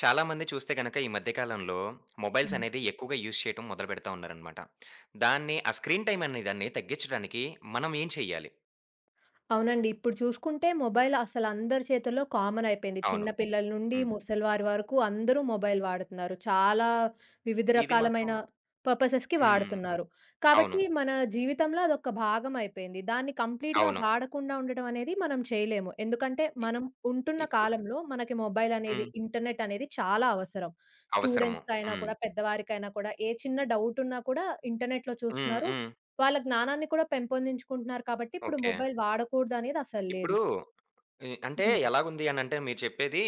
చాలామంది చూస్తే గనక ఈ మధ్య కాలంలో మొబైల్స్ హ్మ్. అనేది ఎక్కువగా యూజ్ చేయటం మొదలు పెడతా ఉన్నారనమాట. దాన్ని ఆ స్క్రీన్ టైమ్ అనే దాన్ని తగ్గించడానికి మనం ఏం చెయ్యాలి? అవునండి. ఇప్పుడు చూసుకుంటే మొబైల్ అసలు అందరి చేతుల్లో కామన్ అయిపోయింది. చిన్న అవును. పిల్లల నుండి హ్మ్. ముసలివారి వరకు అందరూ మొబైల్ వాడుతున్నారు. చాలా వివిధ ఇది మాత్రం. రకాలమైన పర్పసెస్‌కి హ్మ్. వాడుతున్నారు. అవును. కాబట్టి మన జీవితంలో అదొక భాగం అయిపోయింది. దాన్ని కంప్లీట్‌గా అవును. వాడకుండా ఉండడం అనేది మనం చేయలేము. ఎందుకంటే ఇ మనం ఉంటున్న ఇప్పుడు. కాలంలో మనకి మొబైల్ అనేది, హ్మ్. ఇంటర్నెట్ అనేది చాలా అవసరం. అవసరము. స్టూడెంట్స్‌కైనా హ్మ్. కూడా, పెద్దవారికైనా కూడా ఏ చిన్న డౌట్ ఉన్నా కూడా ఇంటర్నెట్‌లో హ్మ్. చూస్తున్నారు. హ్మ్. వాళ్ళ జ్ఞానాన్ని కూడా పెంపొందించుకుంటున్నారు కాబట్టి, ఇప్పుడు ఓకే. మొబైల్ వాడకూడదనేది అసలు లేదు. ఇప్పుడు అంటే హ్మ్. ఎలాగుంది అనంటే మీరు చెప్పేది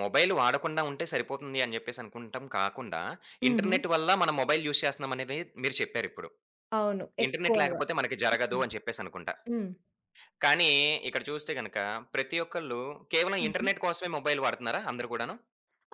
మొబైల్ వాడకుండా ఉంటే సరిపోతుంది అని చెప్పేసి అనుకుంటాం కాకుండా, హుహు. ఇంటర్నెట్ వల్ల మనం మొబైల్ యూజ్ చేస్తున్నాం అనేది మీరు చెప్పారిప్పుడు. అవును, ఇంటర్నెట్ ఎక్కువగా. లేకపోతే మనకి జరగదు హ్మ్. అని చెప్పేసనుకుంటా. హ్మ్. కానీ ఇక్కడ చూస్తే గనక ప్రతి ఒక్కళ్ళు కేవలం హుహు. ఇంటర్నెట్ కోసమే మొబైల్ వాడుతున్నారా అందరూ కూడాను?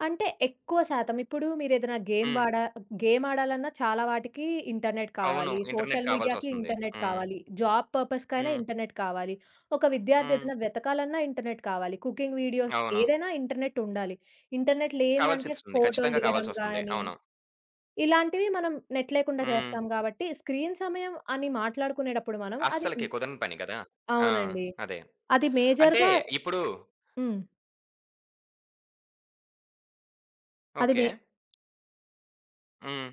అంటే ఎక్కువ శాతం ఇప్పుడు మీరేదైనా గేమ్ హ్మ్. వాడ గేమ్ ఆడాలన్నా చాలా వాటికి ఇంటర్నెట్ అవును. కావాలి. ఇంటర్నెట్ సోషల్ మీడియాకి కావాల్సొస్తుంది. ఇంటర్నెట్ హ్మ్. కావాలి. జాబ్ పర్పస్‌కైనా హ్మ్. ఇంటర్నెట్ కావాలి. ఒక విద్యార్థి హ్మ్. ఏదైనా వెతకాలన్నా ఇంటర్నెట్ కావాలి. కుకింగ్ వీడియోస్ అవును. ఏదైనా ఇంటర్నెట్ ఉండాలి. ఇంటర్నెట్ లేనిదంటే కావాల్సొస్తుంది. ఫోటోలు ఖచ్చితంగా దిగడం కావాల్సొస్తుంది. గాని అవును. ఇలాంటివి మనం నెట్ లేకుండా హ్మ్. చేస్తాం గాబట్టి, స్క్రీన్ సమయం అని మాట్లాడుకునేటప్పుడు మనం అది అస్సలకి హ్మ్. కుదరని పని కదా! ఆ! అవునండి. అదే. అది అంటే మేజర్‌గా ఇప్పుడు. హ్మ్. అది ఓకే. మే హ్మ్.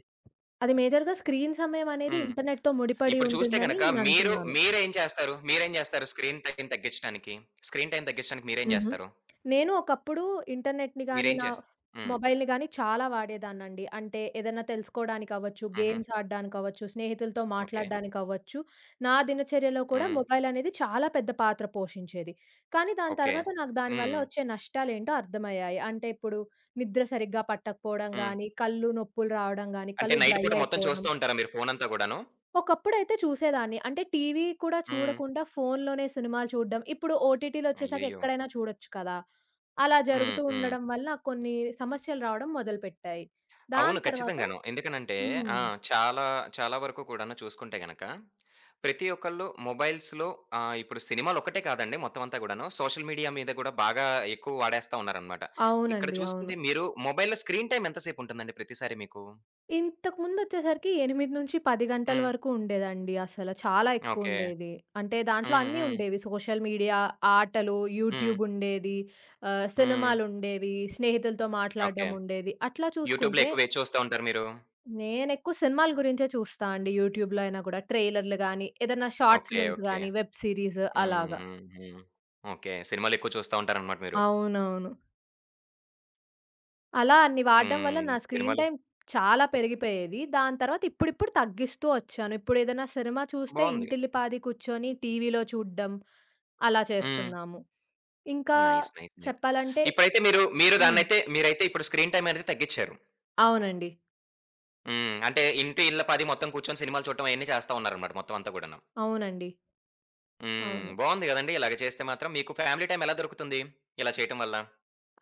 అది మేజర్‌గా స్క్రీన్ సమయం అనేది హ్మ్. ఇంటర్నెట్‌తో ముడిపడి ఇప్పుడు చూస్తే ఉంటుందని గనక మీరు నేనంటున్నాను. మీరేం చేస్తారు స్క్రీన్ టైమ్ తగ్గించడానికి? స్క్రీన్ టైమ్ తగ్గించడానికి మీరేం హుహు. చేస్తారు? నేను ఒకప్పుడు ఇంటర్నెట్‌ని గాని, మీరేం నా చేస్ హ్మ్. మొబైల్‌ని గాని చాలా వాడేదాన్నండి. అంటే ఏదైనా తెలుసుకోవడానికవ్వచ్చు, హుహు. గేమ్స్ ఆడడానికవ్వచ్చు, స్నేహితులతో ఓకే. మాట్లాడడానికవ్వచ్చు, నా దినచర్యలో కూడా హ్మ్. మొబైల్ అనేది చాలా పెద్ద పాత్ర పోషించేది. కానీ దాని ఓకే. తర్వాత నాకు దానివల్ల హ్మ్. వచ్చే నష్టాలేంటో అర్థమయ్యాయి. అంటే ఇప్పుడు నిద్ర సరిగ్గా పట్టకపోవడం హ్మ్. గాని, కళ్ళు నొప్పులు రావడం గాని, అంటే కళ్ళు నైట్ డ్రై పూట మొత్తం అయిపోవడం. చూస్తూ ఉంటారా మీరు ఫోనంతా గూడాను? ఒకప్పుడైతే చూసేదాన్ని. అంటే టీవీ కూడా హ్మ్. చూడకుండా ఫోన్‌లోనే సినిమాలు చూడడం. ఇప్పుడు ఓటీటీలొచ్చేసాక అయ్యయ్యో! ఎక్కడైనా చూడొచ్చు కదా! అలా హ్మ్. జరుగుతూ హ్మ్. ఉండడం వల్ల కొన్ని సమస్యలు రావడం మొదలుపెట్టాయి. దాని అవును. తర్వాత ఖచ్చితంగాను. ఎందుకనంటే హ్మ్. ఆ! చాలా, చాలా వరకు కూడాను చూసుకుంటే గనక, ప్రతి ఒక్కళ్ళు మొబైల్స్‌లో ఆహ్, ఇప్పుడు సినిమాలొక్కటే కాదండి మొత్తం అంతా గూడాను. సోషల్ మీడియా మీద గూడా బాగా ఎక్కువ వాడేస్తా ఉన్నారనమాట. ఇక్కడ అవునండి. అవును. చూసుకుంటే మీరు మొబైల్‌లో స్క్రీన్ టైమ్ ఎంత సేపుంటుందండి ప్రతిసారి మీకు? ఇంతకుముందొచ్చేసరికి 8-10 గంటల హ్మ్. వరకు ఉండేదండి అసల. చాలా ఓకే. ఎక్కువుండేది. అంటే దాంట్లో హ్మ్. అన్నీ హ్మ్. ఉండేవి. సోషల్ మీడియా, ఆటలు, హ్మ్. యూట్యూబ్ ఉండేది. ఆహ్, హ్మ్. సినిమాలుండేవి. స్నేహితులతో ఓకే. మాట్లాడడం ఉండేది. అట్లా యూట్యూబ్‌లో చూసుకుంటే ఎక్కువ ఏది చూస్తా ఉంటారు మీరు? నేనెక్కువ సినిమాల గురించే చూస్తా అండి యూట్యూబ్‌లో అయినా గూడా. ట్రైలర్‌లు గానీ, ఏదన్నా షార్ట్ ఓకే. Films okay. గానీ, వెబ్ సిరీస్ హ్మ్. అలాగా. హ్మ్. హ్మ్. ఓకే. సినిమాలెక్కువ చూస్తా ఉంటారనమాట మీరు. అవునవును. అలా అన్ని వాడడం వల్ల హ్మ్. నా స్క్రీన్ సినిమాలు. టైమ్ చాలా పెరిగిపోయేది. దాని తర్వాత ఇప్పుడిప్పుడు తగ్గిస్తూ వచ్చాను. ఇప్పుడేదైనా సినిమా చూస్తే బావుంది. ఇంటిల్లిపాది కూర్చొని టీవీలో చూడ్డం అలా హ్మ్. చేస్తున్నాము. ఇంకా నైస్. నైస్. నైస్. చెప్పాలంటే ఇప్పుడైతే మీరు, మీరు హ్మ్. దాన్నైతే మీరైతే ఇప్పుడు స్క్రీన్ టైమ్ అనేది తగ్గిచ్చారు. అవునండి. హ్మ్. అంటే ఇళ్ళ పది మొత్తం కూర్చొని సినిమాలు చూడటం అయన్నీ చేస్తా ఉన్నారనమాట మొత్తం అంతా కూడాను. అవునండి. హ్మ్. అవును. బావుంది గదండీ! ఇలాగ చేస్తే మాత్రం మీకు ఫ్యామిలీ టైమ్ ఎలా దొరుకుతుంది? ఇలా చేయటం వల్ల?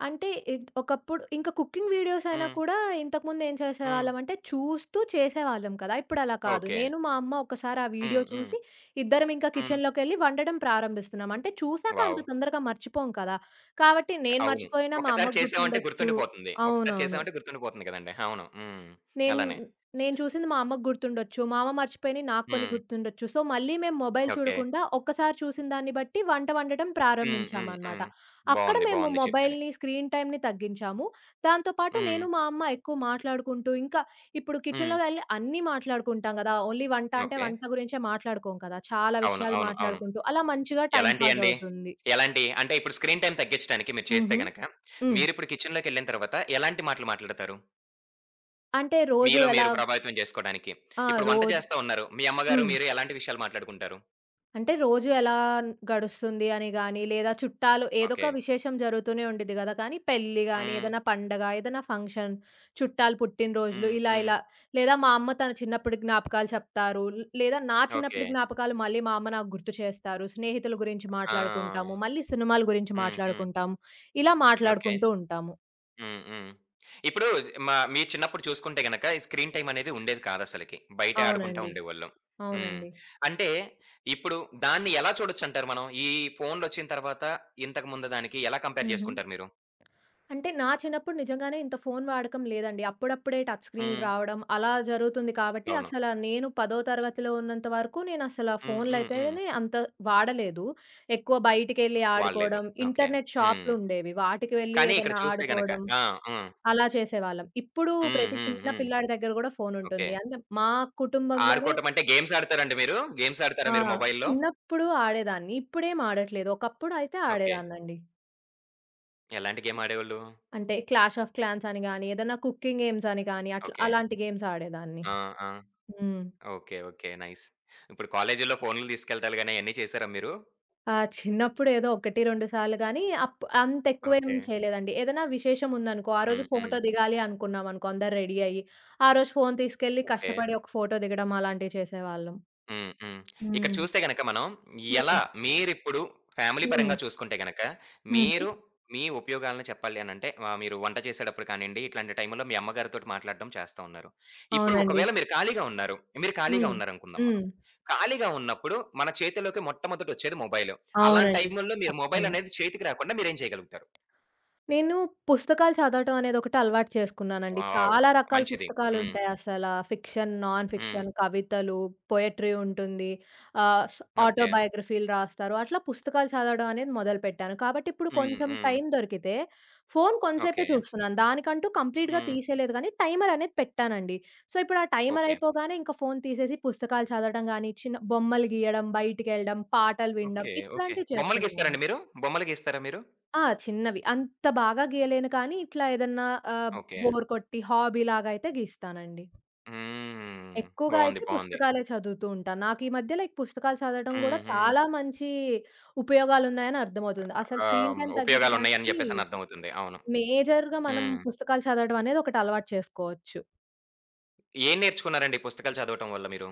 అంటే ఒకప్పుడు ఇంక కుకింగ్ వీడియోస్ అయినా హ్మ్. కూడా ఇంతకుముందు ఏం హ్మ్. చేసేవాళ్ళమంటే చూస్తూ చేసేవాళ్ళం కదా! ఇప్పుడలా కాదు. ఓకే. నేను, మా అమ్మ ఒకసారి ఆ వీడియో హ్మ్. హ్మ్. చూసి ఇద్దరం ఇంకా హ్మ్. కిచెన్‌లోకెళ్ళి వండడం ప్రారంభిస్తున్నాం. అంటే చూసాక అంత వావ్! తొందరగా మర్చిపోం కదా! కాబట్టి నేను అవును. మర్చిపోయినా మా ఒక్కసారి అమ్మకు చేసామంటే గుర్తుండొచ్చు. గుర్తుండిపోతుంది. ఒకసారి అవునవును. చేసామంటే గుర్తుండిపోతుంది గదండీ! అవును. హ్మ్. నేను అలానే. నేను చూసింది మా అమ్మకు గుర్తుండొచ్చు. మా అమ్మ మర్చిపోయినయి నాకు కొన్ని హ్మ్. గుర్తుండొచ్చు. సో, మళ్ళీ మేము మొబైల్ ఓకే. చూడకుండా ఒక్కసారి చూసిన దాన్ని బట్టి వంట వండటం హ్మ్. హ్మ్. ప్రారంభించామనమాట. హ్మ్. అక్కడ బావుంది. మేము బావుంది చెప్పేది. మొబైల్‌ని, స్క్రీన్ టైమ్‌ని తగ్గించాము. దాంతో పాటు హ్మ్. నేను, మా అమ్మ ఎక్కువ మాట్లాడుకుంటూ ఇంకా ఇప్పుడు హ్మ్. కిచెన్‌లోకి ఎళ్లి అన్నీ మాట్లాడుకుంటాం గదా! ఓన్లీ వంట అంటే ఓకే. వంట గురించే మాట్లాడుకోం కదా! చాలా అవును. విషయాలు అవును. అవును. మాట్లాడుకుంటూ అలా మంచిగా టైమ్ పాస్ ఎలాంటియండి? అవుతుంది. ఎలాంటియి? అంటే ఇప్పుడు స్క్రీన్ టైమ్ తగ్గించడానికి మీరు చేస్తే హుహు. గనక, హ్మ్. మీరిప్పుడు కిచెన్‌లోకెళ్ళిన తర్వాత ఎలాంటి మాటలు మాట్లాడతారు? అంటే రోజు మీలో ఎలా మీరు ప్రభావితం జేసుకోడానికి. ఆ! ఇప్పుడు వంట రోజు చేస్తా ఉన్నారు. మీ అమ్మగారు, హ్మ్. మీరు ఎలాంటి విషయాలు మాట్లాడుకుంటారు? అంటే రోజు ఎలా గడుస్తుంది అని గాని, లేదా చుట్టాలు ఏదో ఓకే. ఒక విశేషం జరుగుతూనే ఉండిద్ది గదా! కానీ పెళ్లి గాని, హ్మ్. ఏదైనా పండగ, ఏదైనా ఫంక్షన్, చుట్టాలు పుట్టినరోజులు హ్మ్. ఇలా హ్మ్. ఇలా లేదా మా అమ్మ తన చిన్నప్పటి జ్ఞాపకాలు చెప్తారు. లేదా నా ఓకే. చిన్నప్పటి జ్ఞాపకాలు మళ్ళీ మా అమ్మ నాకు గుర్తు చేస్తారు. స్నేహితుల గురించి మాట్లాడుకుంటాము. ఆ! మళ్ళీ సినిమాల గురించి హ్మ్. హ్మ్. మాట్లాడుకుంటాము. ఇలా ఓకే. మాట్లాడుకుంటూ ఉంటాము. హ్మ్. హ్మ్. ఇప్పుడు మీరు చిన్నప్పుడు చూసుకుంటే గనక ఈ స్క్రీన్ టైమ్ అనేది ఉండేది కాదసలకి. బయటే ఆడుకుంటా అవునండి. ఉండేవాళ్ళం. హ్మ్. అవునండి. అంటే ఇప్పుడు దాన్ని ఎలా చూడొచ్చంటారు మనం? ఈ ఫోన్‌లొచ్చిన తర్వాత ఇంతకుముందు దానికి ఎలా కంపేర్ హుహు. చేసుకుంటారు మీరు? అంటే నా చిన్నప్పుడు నిజంగానే ఇంత ఫోను వాడకం లేదండి. అప్పుడప్పుడే టచ్ స్క్రీన్‌లు హ్మ్. రావడం అలా జరుగుతుంది కాబట్టి, అవును. అసల నేను 10th తరగతిలో ఉన్నంత వరకు నేనసల హ్మ్. హ్మ్. హ్మ్. ఫోనులయితేనే అంత వాడలేదు. ఎక్కువ బయటికెళ్ళి వాడలేదు. ఆడుకోవడం, ఓకే. ఇంటర్నెట్ హ్మ్. షాపులుండేవి. వాటికి వెళ్ళి కానీ ఇక్కడ ఏదన్నా చూస్తే గనక. ఆడుకోవడం ఆ! హ్మ్. అలా చేసేవాళ్ళం. ఇప్పుడు హ్మ్. ప్రతి హ్మ్. చిన్న హ్మ్. పిల్లాడి దగ్గర గూడా ఓకే. ఫోనుంటుంది. అంటే మా కుటుంబంలోనే ఆడుకోవటం అంటే గేమ్స్ ఆడతారండి మీరు? గేమ్స్ ఆడతారా ఆ! మీరు మొబైల్‌లో? చిన్నప్పుడు ఆడేదాన్ని. ఇప్పుడేం ఆడట్లేదు. ఒకప్పుడు అయితే ఓకే. ఆడేదాన్నండి. ఎలాంటి గేమ్ ఆడేవాళ్ళు? అంటే 'క్లాష్ ఆఫ్ క్లాన్స్' అని గాని, ఏదన్నా కుకింగ్ గేమ్స్ అని గాని, అట్లా ఓకే. అలాంటి గేమ్స్ ఆడేదాన్ని. ఆ! ఆ! హ్మ్. ఓకే. ఓకే. నైస్. ఇప్పుడు కాలేజీల్లో ఫోన్‌లు తీసుకెళ్తాలు గాని అయన్నీ చేసారా మీరు? ఆ! చిన్నప్పుడు ఏదో 1, 2 సార్లు గానీ, అంత ఎక్కువేం ఓకే. చేయలేదండి. ఏదైనా విశేషం ఉందనుకో, ఆ రోజు హ్మ్. హ్మ్. ఫోటో దిగాలి అనుకున్నామనుకో అందరు రెడీ అయ్యి, ఆ రోజు ఫోను తీసుకెళ్ళి ఓకే. కష్టపడి ఒక ఫోటో దిగడం అలాంటివి చేసేవాళ్ళం. హ్మ్. హ్మ్. ఇక్కడ హ్మ్. చూస్తే గనక మనం హ్మ్. ఎలా మీరిప్పుడు ఫ్యామిలీ హ్మ్. పరంగా చూసుకుంటే గనక, హుహు. మీరు మీ ఉపయోగాలను చెప్పాలి అనంటే ఆహ్, మీరు వంట చేసేటప్పుడు కానియండి, ఇట్లాంటి టైంలో మీ అమ్మగారితోటి మాట్లాడడం చేస్తా ఉన్నారు. ఇప్పుడు అవునండి. ఒకవేళ మీరు ఖాళీగా ఉన్నారు. మీరు ఖాళీగా హ్మ్. ఉన్నారనుకుందాం మనం. హ్మ్. ఖాళీగా ఉన్నప్పుడు మన చేతిలోకి మొట్టమొదటొచ్చేది మొబైలు. అలాంటి అవునండి. టైముల్లో మీరు మొబైల్ తప్పకుండా. అనేది చేతికి రాకుండా మీరేం చేయగలుగుతారు? నేను పుస్తకాలు చదవటం అనేదొకటి అలవాటు చేసుకున్నానండి. వావ్! చాలా రకాల మంచిది. హ్మ్. పుస్తకాలుంటాయి అసల. ఫిక్షన్, నాన్ హ్మ్. ఫిక్షన్, కవితలు, పొయట్రీ ఉంటుంది. ఆహ్, స్ ఓకే. ఆటోబయోగ్రఫీలు రాస్తారు. అట్లా పుస్తకాలు చదవడం అనేది మొదలుపెట్టాను. కాబట్టి ఇప్పుడు హ్మ్. కొంచెం హ్మ్. టైం దొరికితే ఫోను కొంసేపే ఓకే. చూస్తున్నాను. దానికంటూ కంప్లీట్‌గా హ్మ్. తీసేయలేదు గానీ, టైమర్ అనేది పెట్టానండి. సో, ఇప్పుడు ఆ టైమర్ ఓకే. అయిపోగానే ఇంక ఫోను తీసేసి పుస్తకాలు చదవడం గానీ, చిన్న బొమ్మలు గీయడం, బయటికెళ్ళడం, పాటలు వినడం ఓకే. ఓకే. ఇట్లాంటివి బొమ్మలు చేస్తున్నాను. గీస్తారండి మీరు? బొమ్మలు గీస్తారా మీరు? ఆ! చిన్నవి. అంత బాగా గీయలేను కానీ, ఇట్లా ఏదన్నా ఆహ్, ఓకే. బోర్ కొట్టి హాబీలాగా అయితే గీస్తానండి. హ్మ్. ఎక్కువగా బావుంది. అయితే బావుంది. పుస్తకాలే చదువుతూ ఉంటాను. నాకు ఈ మధ్య లైక్ పుస్తకాలు చదవడం గూడా హుహు. చాలా మంచి ఉపయోగాలున్నాయని అర్థమవుతుంది. అసలు స్క్రీన్ ఆహ్, టైమ్ ఉపయోగాలున్నాయని తగ్గించడానికి జెప్పేసని అర్థమవుతుంది. అవును. మేజర్‌గా మనం హ్మ్. పుస్తకాలు చదవడం అనేది ఒకటి అలవాటు చేసుకోవచ్చు. ఏం నేర్చుకున్నారండి ఈ పుస్తకాలు చదవటం వల్ల మీరు?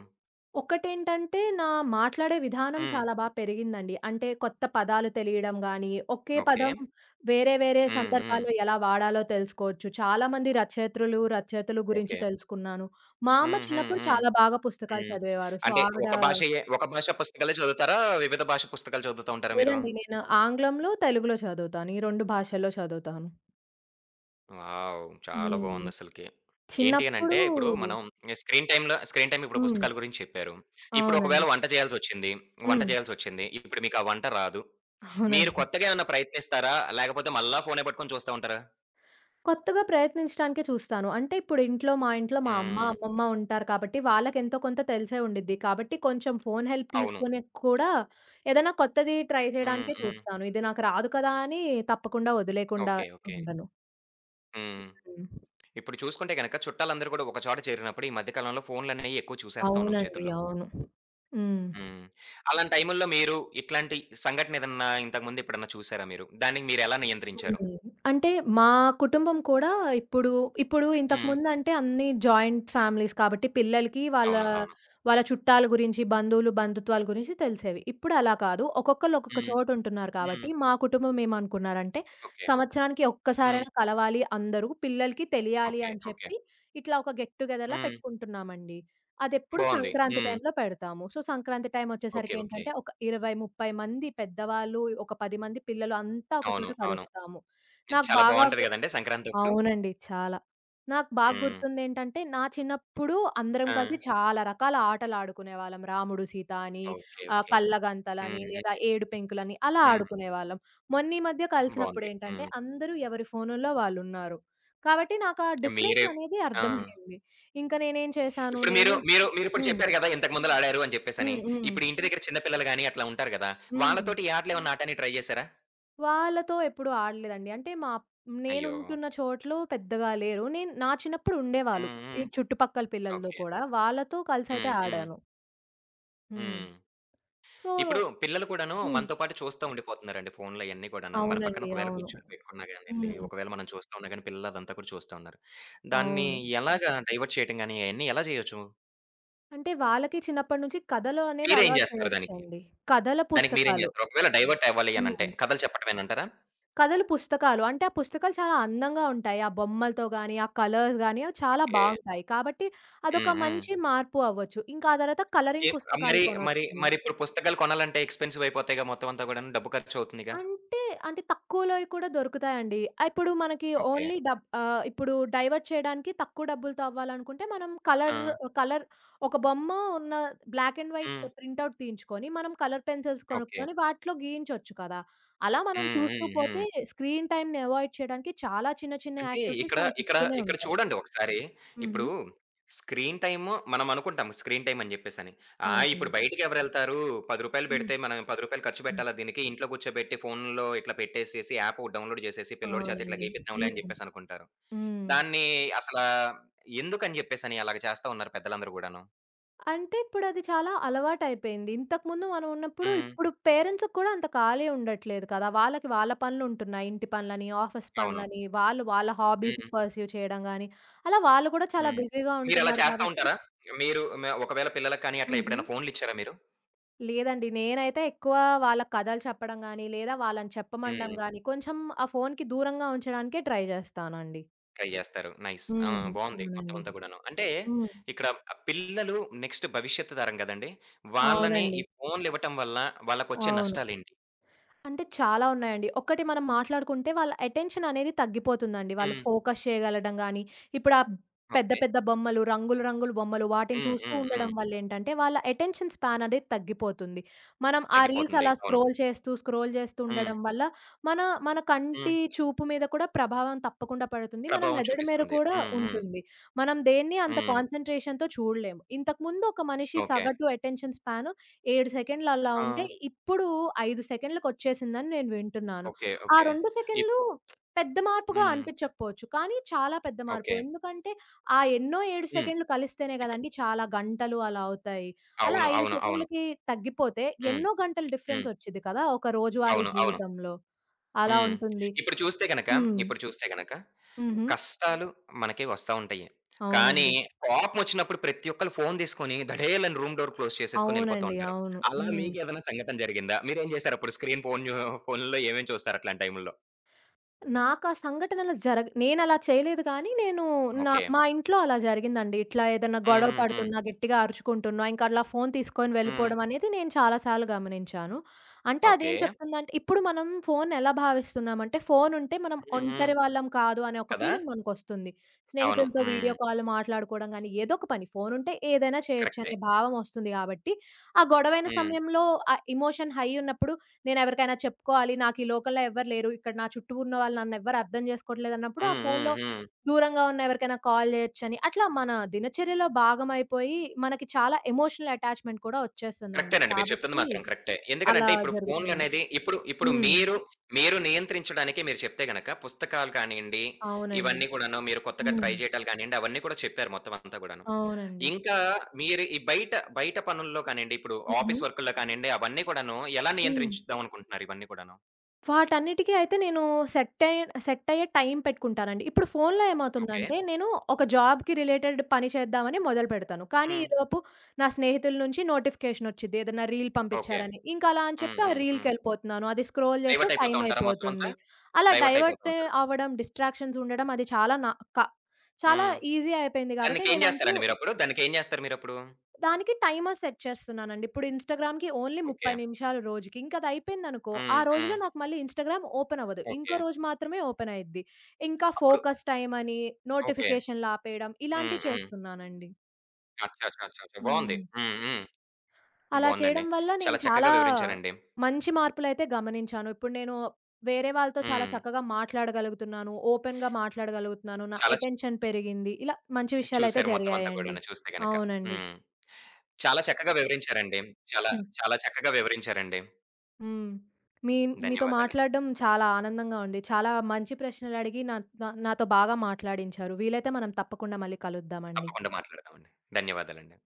ఒకటేంటంటే, నా మాట్లాడే విధానం హ్మ్. చాలా బా పెరిగిందండి. అంటే కొత్త పదాలు తెలియడం గానీ, ఒకే ఓకే. పదం వేరే వేరే హ్మ్. హ్మ్. సందర్భాల్లో ఎలా వాడాలో తెలుసుకోవచ్చు. చాలామంది రచయిత్రులు, రచయితలు గురించి ఓకే. తెలుసుకున్నాను. మా అమ్మ హ్మ్. హ్మ్. చిన్నప్పుడు హ్మ్. చాలా బాగా పుస్తకాలు హ్మ్. చదివేవారు. సో, అంటే ఆవిడ ఒక భాష పుస్తకాలే చదువుతారా? వివిధ భాష పుస్తకాలు చదువుతా ఉంటారా మీరు? లేదండి. నేను ఆంగ్లంలో, తెలుగులో చదువుతాను. ఈ 2 భాషల్లో చదువుతాను. వావ్! చాలా హ్మ్. బావుందసలకి. ఏంటి చిన్నప్పుడు అనంటే, ఇప్పుడు మనం స్క్రీన్ టైమ్ ఇప్పుడు హ్మ్. పుస్తకాల గురించి చెప్పారు. ఇప్పుడు ఒకవేళ అవునండి. వంట హ్మ్. చేయాల్సొచ్చింది. ఇప్పుడు మీకా వంట రాదు. మీరు అవునండి. కొత్తగా ఏమన్నా ప్రయత్నిస్తారా? లేకపోతే మళ్ళా ఫోనే పట్టుకొని చూస్తా ఉంటారా? కొత్తగా ప్రయత్నించడానికే చూస్తాను. అంటే ఇప్పుడు ఇంట్లో మా అమ్మ, హ్మ్, హ్మ్. అమ్మమ్మ ఉంటారు కాబట్టి వాళ్ళకెంతో కొంత తెలిసే ఉండిద్ది. కాబట్టి కొంచెం ఫోను హెల్ప్ అవును. తీసుకొని కూడా ఏదైనా కొత్తది ట్రై హ్మ్. చేయడానికే హ్మ్. చూస్తాను. ఇది నాకు రాదు కదా! అని తప్పకుండా వదిలేయకుండా ఓకే. ఓకే. ఉండను. హ్మ్. హ్మ్. ఇప్పుడు చూసుకుంటే గనక చుట్టాలందరూ కూడా ఒక చోట చేరినప్పుడు ఈ మధ్య కాలంలో ఫోన్‌లనేయి ఎక్కువ చూసేస్తా ఉన్నాం అవునండి. చేతుల్లో. అవును. హ్మ్. హ్మ్. అలాంటి టైముల్లో మీరు ఇట్లాంటి సంఘటనేదన్నా ఇంతకు ముందెప్పుడన్నా చూసారా మీరు? దాన్ని మీరెలా నియంత్రించారు? హ్మ్. అంటే మా కుటుంబం కూడా ఇప్పుడు ఇప్పుడు హ్మ్. ఇంతకుముందంటే అన్నీ జాయింట్ ఫ్యామిలీస్ కాబట్టి పిల్లలకి వాళ్ళ, అవును. అవును. వాళ్ళ చుట్టాల గురించి, బంధువులు, బంధుత్వాల గురించి తెలిసేవి. ఇప్పుడు అలా కాదు. ఒక్కొక్కళ్ళు ఒక్కొక్క హ్మ్. చోట ఉంటున్నారు హ్మ్. కాబట్టి మా కుటుంబం ఏమనుకున్నారంటే ఓకే. సంవత్సరానికి హ్మ్. ఒక్కసారైనా కలవాలి అందరూ, పిల్లలకి తెలియాలి ఓకే. అని ఓకే. చెప్పి ఇట్లా ఒక గెట్ టుగెదర్‌లా హ్మ్. పెట్టుకుంటున్నామండి. అదెప్పుడు బావుంది. సంక్రాంతి హ్మ్. టైంలో పెడతాము. So, Sankranti okay. ఓకే. టైమొచ్చేసరికేంటంటే, ఒక 20, 30 మంది పెద్దవాళ్ళు, ఒక 10 మంది పిల్లలు అంతా ఒక అవును. చోట అవును. కలుస్తాము. ఇది నాకు చాలా బాగా బావుంటది గదండీ సంక్రాంతప్పుడు. అవునండి. చాలా. నాకు బాగా హ్మ్. గుర్తుందేంటంటే, నా చిన్నప్పుడు అందరం ఆ! కలిసి చాలా రకాల ఆటలాడుకునేవాళ్ళం. రాముడు, సీత అని, ఓకే. ఆహ్, ఓకే. హ్మ్. కళ్ళగంతలని, హ్మ్. లేదా ఏడు పెంకులని అలా హ్మ్. ఆడుకునేవాళ్ళం. మొన్న ఈ మధ్య బావుంది. కలిసినప్పుడేంటంటే, హ్మ్. అందరూ ఎవరి ఫోనుల్లో వాళ్ళున్నారు. కాబట్టి నాకు ఆ డిఫరెన్స్ మీరే. అనేది ఆ! అర్థమైంది. ఇంక నేనేం చేశాను ఇప్పుడు మీరు, నేను మీరు మీరిప్పుడు హ్మ్. చెప్పారు గదా! ఇంతకు ముందల ఆడారు అని చెప్పేసని. హ్మ్. హ్మ్. ఇప్పుడు ఇంటి దగ్గర చిన్న పిల్లలు గాని అట్లా ఉంటారు గదా! హ్మ్. వాళ్ళతోటి ఈ ఆటలేమన్నా ఆడటానికి ట్రై జేసారా? వాళ్ళతో ఎప్పుడు ఆడలేదండి. అంటే మా అయ్యో! నేనుంటున్న చోట్లో పెద్దగా లేరు. నేను నా చిన్నప్పుడు ఉండేవాళ్ళు. హ్మ్. ఈ హ్మ్. చుట్టుపక్కల పిల్లలతో ఓకే. కూడా. వాళ్ళతో కలిసైతే హ్మ్. హ్మ్. ఆడాను. హ్మ్. హ్మ్. సో ఇప్పుడు పిల్లలు కూడాను హ్మ్. మనతో పాటు చూస్తా ఉండిపోతున్నారండి ఫోన్‌లు అయన్నీ కూడాను. మన పక్కన అవునండి. ఒకవేళ అవును. కూర్చొని పెట్టుకున్నా గానియండి, హ్మ్. ఒకవేళ మనం చూస్తా ఉన్నా గాని పిల్లలు అదంతా కూడా చూస్తా ఉన్నారు. దాన్ని అవును. ఎలాగా డైవర్ట్ చేయటం గాని అయన్నీ ఎలా చేయొచ్చు? అంటే వాళ్ళకి చిన్నప్పటి నుంచి కథలు అనేది మీరేం అలవాటు జేస్తారు దానికి? చేయొచ్చండి. కథల దానికి మీరేం పుస్తకాలు. జేస్తారు? ఒకవేళ డైవర్ట్ అవ్వాలి అనంటే హ్మ్. కథలు చెప్పటమేనంటారా? కథల పుస్తకాలు. అంటే ఆ పుస్తకాలు చాలా అందంగా ఉంటాయి. ఆ బొమ్మలతో గాని, ఆ కలర్స్ గాని అవి చాలా ఓకే. బావుంటాయి. కాబట్టి హ్మ్. అదొక హ్మ్. మంచి మార్పు అవ్వచ్చు. ఇంకా ఆ తర్వాత ఏ. కలరింగ్ పుస్తకాలు మరి మరి కొనొచ్చు. మరిప్పుడు పుస్తకాలు కొనాలంటే ఎక్స్‌పెన్సివ్ అయిపోతాయిగా మొత్తం అంతా గూడాను. డబ్బు ఖర్చవుతుందిగా. అంటే, అంటే తక్కువలోయి కూడా దొరుకుతాయండి. ఆహ్, ఇప్పుడు మనకి ఓకే. ఇప్పుడు డైవర్ట్ చేయడానికి తక్కువ డబ్బులతో అవ్వాలనుకుంటే మనం కలర్, ఆ! కలర్ ఒక బొమ్మ ఉన్న బ్లాక్ అండ్ వైట్ హ్మ్. ప్రింటౌట్ తీయించుకొని, మనం కలర్ పెన్సిల్స్ ఓకే. కొనుక్కొని వాటిలో గీయించొచ్చు కదా! అలా మనం హ్మ్. చూస్తూ హ్మ్. పోతే హ్మ్. స్క్రీన్ టైమ్‌ని అవాయిడ్ చేయడానికి చాలా చిన్న చిన్న అంటే యాక్టివిటీస్ ఇక్కడ, మన ఇక్కడ, చుట్టూనే ఇక్కడ ఉంటాయి. చూడండి ఒకసారి. హుహు. ఇప్పుడు స్క్రీన్ టైము మనం అనుకుంటాము స్క్రీన్ టైమ్ అని జెప్పేసని. ఆ! అవునండి. ఇప్పుడు బయటికెవరెళ్తారు? రూ. 10 హ్మ్. పెడితే మనం రూ. 10 ఖర్చు హ్మ్. పెట్టాలా దీనికి? ఇంట్లో కూర్చోబెట్టి ఫోన్‌లో ఇట్లా పెట్టేసేసి యాప్ ఒకటి డౌన్‌లోడ్ జేసేసి పిల్లోడి చేత ఇట్లా అవునండి. గీపిద్దాంలే అని హ్మ్. జెప్పేసి అనుకుంటారు. హ్మ్. దాన్ని అసలా ఎందుకని జెప్పేసని అలాగ చేస్తా ఉన్నారు పెద్దలందరూ గూడాను. అంటే ఇప్పుడది చాలా అలవాటయిపోయింది. ఇంతకుముందు మనం ఉన్నప్పుడు, హ్మ్. ఇప్పుడు పేరెంట్స్‌కి కూడా అంత ఖాళీ ఉండట్లేదు కదా! వాళ్ళకి వాళ్ళ పనులుంటున్నాయి. ఇంటి పనులని, ఆఫీస్ అవును. పనులని, వాళ్ళు వాళ్ళ హాబీస్‌ని హ్మ్. పర్స్యూ చేయడం గాని, అలా వాళ్ళు కూడా చాలా హ్మ్. బిజీగా మీరలా ఉంటున్నారు చేస్తా కాబట్టి ఉంటారా? మీరు మ ఒకవేళ పిల్లలకి కానీ అట్లా హుహు. ఎప్పుడైనా ఫోన్‌లిచ్చారా మీరు? లేదండి. నేనైతే ఎక్కువ వాళ్ళకి కథలు చెప్పడం గాని, లేదా వాళ్ళని చెప్పమండం హ్మ్. గాని, కొంచెం ఆ ఫోన్‌కి దూరంగా ఉంచడానికే ట్రై జేస్తానండి. ట్రై జేస్తారు. నైస్. ఆ! హ్మ్. బావుంది మొత్తం అవునండి. అంతా కూడాను. అంటే హ్మ్. ఇక్కడ ఆ పిల్లలు నెక్స్ట్ భవిష్యత్తు తరం గదండీ! వాళ్ళని అవునండి. ఈ ఫోన్‌లివ్వటం వల్ల వాళ్ళకొచ్చే అవును. నష్టాలేంటి? అంటే చాలా ఉన్నాయండి. ఒకటి మనం మాట్లాడుకుంటే వాళ్ళ అటెన్షన్ అనేది తగ్గిపోతుందండి. వాళ్ళు హ్మ్. ఫోకస్ చేయగలడం గాని, ఇప్పుడు ఆ పెద్ద ఓకే. పెద్ద బొమ్మలు, రంగులు రంగుల బొమ్మలు వాటిని హ్మ్. చూస్తూ హ్మ్. ఉండడం హ్మ్. వల్ల ఏంటంటే వాళ్ళ అటెన్షన్ స్పాన్ అనేది తగ్గిపోతుంది. మనం ఆ రీల్స్ తగ్గిపోతుంది. అలా అవును. స్క్రోల్ చేస్తూ, స్క్రోల్ చేస్తూ హ్మ్. ఉండడం వల్ల మన మన కంటి హ్మ్. చూపు మీద కూడా ప్రభావం తప్పకుండా పడుతుంది. మన ప్రభావం మెదడు మీద చూపిస్తుంది. కూడా హ్మ్. హ్మ్. ఉంటుంది. మనం దేన్ని అంత హ్మ్. కాన్సంట్రేషన్‌తో చూడలేము. ఇంతకుముందు ఒక మనిషి ఓకే. సగటు అటెన్షన్ స్పాన్ 7 సెకండ్లు అలా ఉంటే, ఆ! ఇప్పుడు 5 సెకండ్లకొచ్చేసిందని నేను వింటున్నాను. ఓకే. ఆ ఓకే. 2 ఇప్ సెకండ్లు పెద్ద మార్పుగా హ్మ్. అనిపించకపోవచ్చు. కానీ చాలా పెద్ద మార్పు. ఓకే. ఎందుకంటే, ఆ ఎన్నో 7 హ్మ్. సెకండ్లు కలిస్తేనే ఇక. గదండీ చాలా గంటలు అలా అవుతాయి. అలా అవును. 5 అవును. అవును. సెకండ్లకి తగ్గిపోతే హ్మ్. ఎన్నో గంటలు హ్మ్. డిఫరెన్సొచ్చిద్ది కదా! ఒక రోజువారీ అవును. అవును. జీవితంలో. అలా హ్మ్. ఉంటుంది. ఇప్పుడు చూస్తే గనక, హ్మ్. ఇప్పుడు చూస్తే గనక హుహు. కష్టాలు మనకి వస్తా ఉంటాయి. కానీ, అవునండి. కోపమొచ్చినప్పుడు ప్రతి ఒక్కళ్ళు ఫోను తీసుకొని ధడేలని రూమ్ డోర్ క్లోజ్ చేసేసుకొని ఎళ్ళిపోతూ అవునండి. ఉంటారు. అవును. అలా హ్మ్. మీకేదైనా సంఘటన జరిగిందా? మీరేం జేశారప్పుడు? స్క్రీన్ ఫోను జూ ఫోనుల్లో ఏమేం చూస్తారు అట్లాంటి టైముల్లో? నాకా సంఘటనలు జరగ నేనలా చేయలేదు గానీ, నేను నా ఓకే. మా ఇంట్లో అలా జరిగిందండి. ఇట్లా ఏదన్నా హ్మ్. గొడవ హ్మ్. హ్మ్. పడుతున్నా, గట్టిగా అరుచుకుంటున్నా, ఇంకా అలా ఫోను తీసుకొని హ్మ్. వెళ్ళిపోవడం అనేది నేను చాలా సార్లు గమనించాను. అంటే అదేం ఓకే. చెప్తుందంటే, ఇప్పుడు మనం ఫోనెలా భావిస్తున్నామంటే, ఫోనుంటే మనం హ్మ్. హ్మ్. ఒంటరి వాళ్ళం కాదు అనే ఒక కదా! ఫీలింగ్ మనకొస్తుంది. అవును. స్నేహితులతో వీడియో హ్మ్. కాల్ మాట్లాడుకోవడం గానీ, ఏదో ఒక పని ఫోనుంటే ఏదైనా చేయొచ్చు కరెక్టే. అనే భావం వస్తుంది గాబట్టి, ఆ గొడవైన హ్మ్. సమయంలో ఆ ఎమోషన్ హై ఉన్నప్పుడు నేనెవరికైనా చెప్పుకోవాలి. నాకు ఈ లోకల్‌లో ఎవ్వరు లేరు. ఇక్కడ నా చుట్టూ ఉన్న వాళ్ళు నన్నెవ్వరు అర్థం చేసుకోవట్లేదన్నప్పుడు ఆ హ్మ్. హ్మ్. ఫోన్‌లో హ్మ్. దూరంగా ఉన్న ఎవరికైనా కాల్ చేయొచ్చని, అట్లా మన దినచర్యలో భాగమైపోయి మనకి చాలా ఎమోషనల్ అటాచ్‌మెంట్ కూడా వచ్చేస్తుందండి. కరెక్టేనండి. మీరు చెప్తుంది కాబట్టి మాత్రం కరెక్టే. అలా ఎందుకనంటే ఇప్పుడు జరుగుతుంది. ఫోన్‌లనేది ఇప్పుడు ఇప్పుడు హ్మ్. మీరు నియంత్రించడానికి మీరు చెప్తే గనక పుస్తకాలు కానియండి, అవునండి. ఇవన్నీ కూడాను మీరు కొత్తగా హ్మ్. ట్రై చేయటాలు కానియండి, అవన్నీ కూడా చెప్పారు మొత్తం అంతా గూడాను. అవునండి. ఇంకా మీరు ఈ బయట పనుల్లో కానియండి, ఇప్పుడు హుహు. ఆఫీస్ వర్కుల్లో కానియండి, అవన్నీ కూడాను ఎలా హ్మ్. నియంత్రించుదాం అనుకుంటున్నారు ఇవన్నీ కూడాను? వాటన్నిటికి అయితే నేను సెట్ అయ్యే టైం పెట్టుకుంటానండి. ఇప్పుడు ఫోన్‌లో ఓకే. ఏమవుతుందంటే, నేను ఒక జాబ్‌కి రిలేటెడ్ పని చేద్దామని మొదలుపెడతాను. కానీ హ్మ్. ఈలోపు నా స్నేహితుల నుంచి నోటిఫికేషన్ వచ్చిద్ది. ఏదైనా రీల్ ఓకే. పంపించారని. ఇంకా అలా అని హ్మ్. చెప్పి ఆ హ్మ్. హ్మ్. రీల్‌కెళ్ళిపోతున్నాను. అది స్క్రోల్ చేస్తూ డైవర్ట్ అయిపోతా టైం ఉంటారా మొత్తం అంతా? అయిపోతుంది. అలా డైవర్ట్ అయిపోతూ డైవర్ట్ ఉంటారు. అవ్వడం, డిస్ట్రాక్షన్స్ ఉండడం అది చాలా నా క చాలా హ్మ్. ఈజీ అయిపోయింది కాబట్టి దానికేం నేనంటూ జేస్తారండి మీరప్పుడు? దానికేం జేస్తారు మీరప్పుడు? దానికి టైమర్ సెట్ చేస్తున్నానండి. ఇప్పుడు ఇన్‌స్టాగ్రామ్‌కి ఓన్లీ ఓకే. 30 నిమిషాలు రోజుకి. ఇంక అదయిపోయిందనుకో, ఆ హ్మ్. హ్మ్. రోజులో నాకు మళ్ళీ ఇన్‌స్టాగ్రామ్ ఓపెన్ అవ్వదు. ఓకే. ఇంకో రోజు మాత్రమే ఓపెన్ అయ్యిద్ది. ఇంకా అప్పుడు. ఫోకస్ టైమ్ అని, ఓకే. నోటిఫికేషన్‌లాపేయడం హ్మ్. ఇలాంటివి హ్మ్. చేస్తున్నానండి. అచ్చా! బావుంది. హ్మ్. హ్మ్. హ్మ్. అలా బావుందండి. చేయడం వల్ల నేను చాలా చాలా చక్కగా వివరించారండి. మంచి మార్పులైతే గమనించాను. ఇప్పుడు నేను వేరే వాళ్ళతో చాలా హ్మ్. చక్కగా మాట్లాడగలుగుతున్నాను. ఓపెన్‌గా మాట్లాడగలుగుతున్నాను. నా చాలా చ్ అటెన్షన్ పెరిగింది. ఇలా మంచి విషయాలైతే చూసారు మొత్తం అంతా జరిగాయండి. కూడాను చూస్తే గనక. అవునండి. హ్మ్. చాలా చక్కగా వివరించారండి. చాలా, హ్మ్. చాలా చక్కగా వివరించారండి. హ్మ్. మీ మీతో ధన్యవాదాలండి. మాట్లాడడం చాలా ఆనందంగా ఉంది. చాలా మంచి ప్రశ్నలడిగి నా నా నాతో బాగా మాట్లాడించారు. వీలైతే మనం తప్పకుండా మళ్ళీ కలుద్దామండి. తప్పకుండా మాట్లాడదామండి. ధన్యవాదాలండి.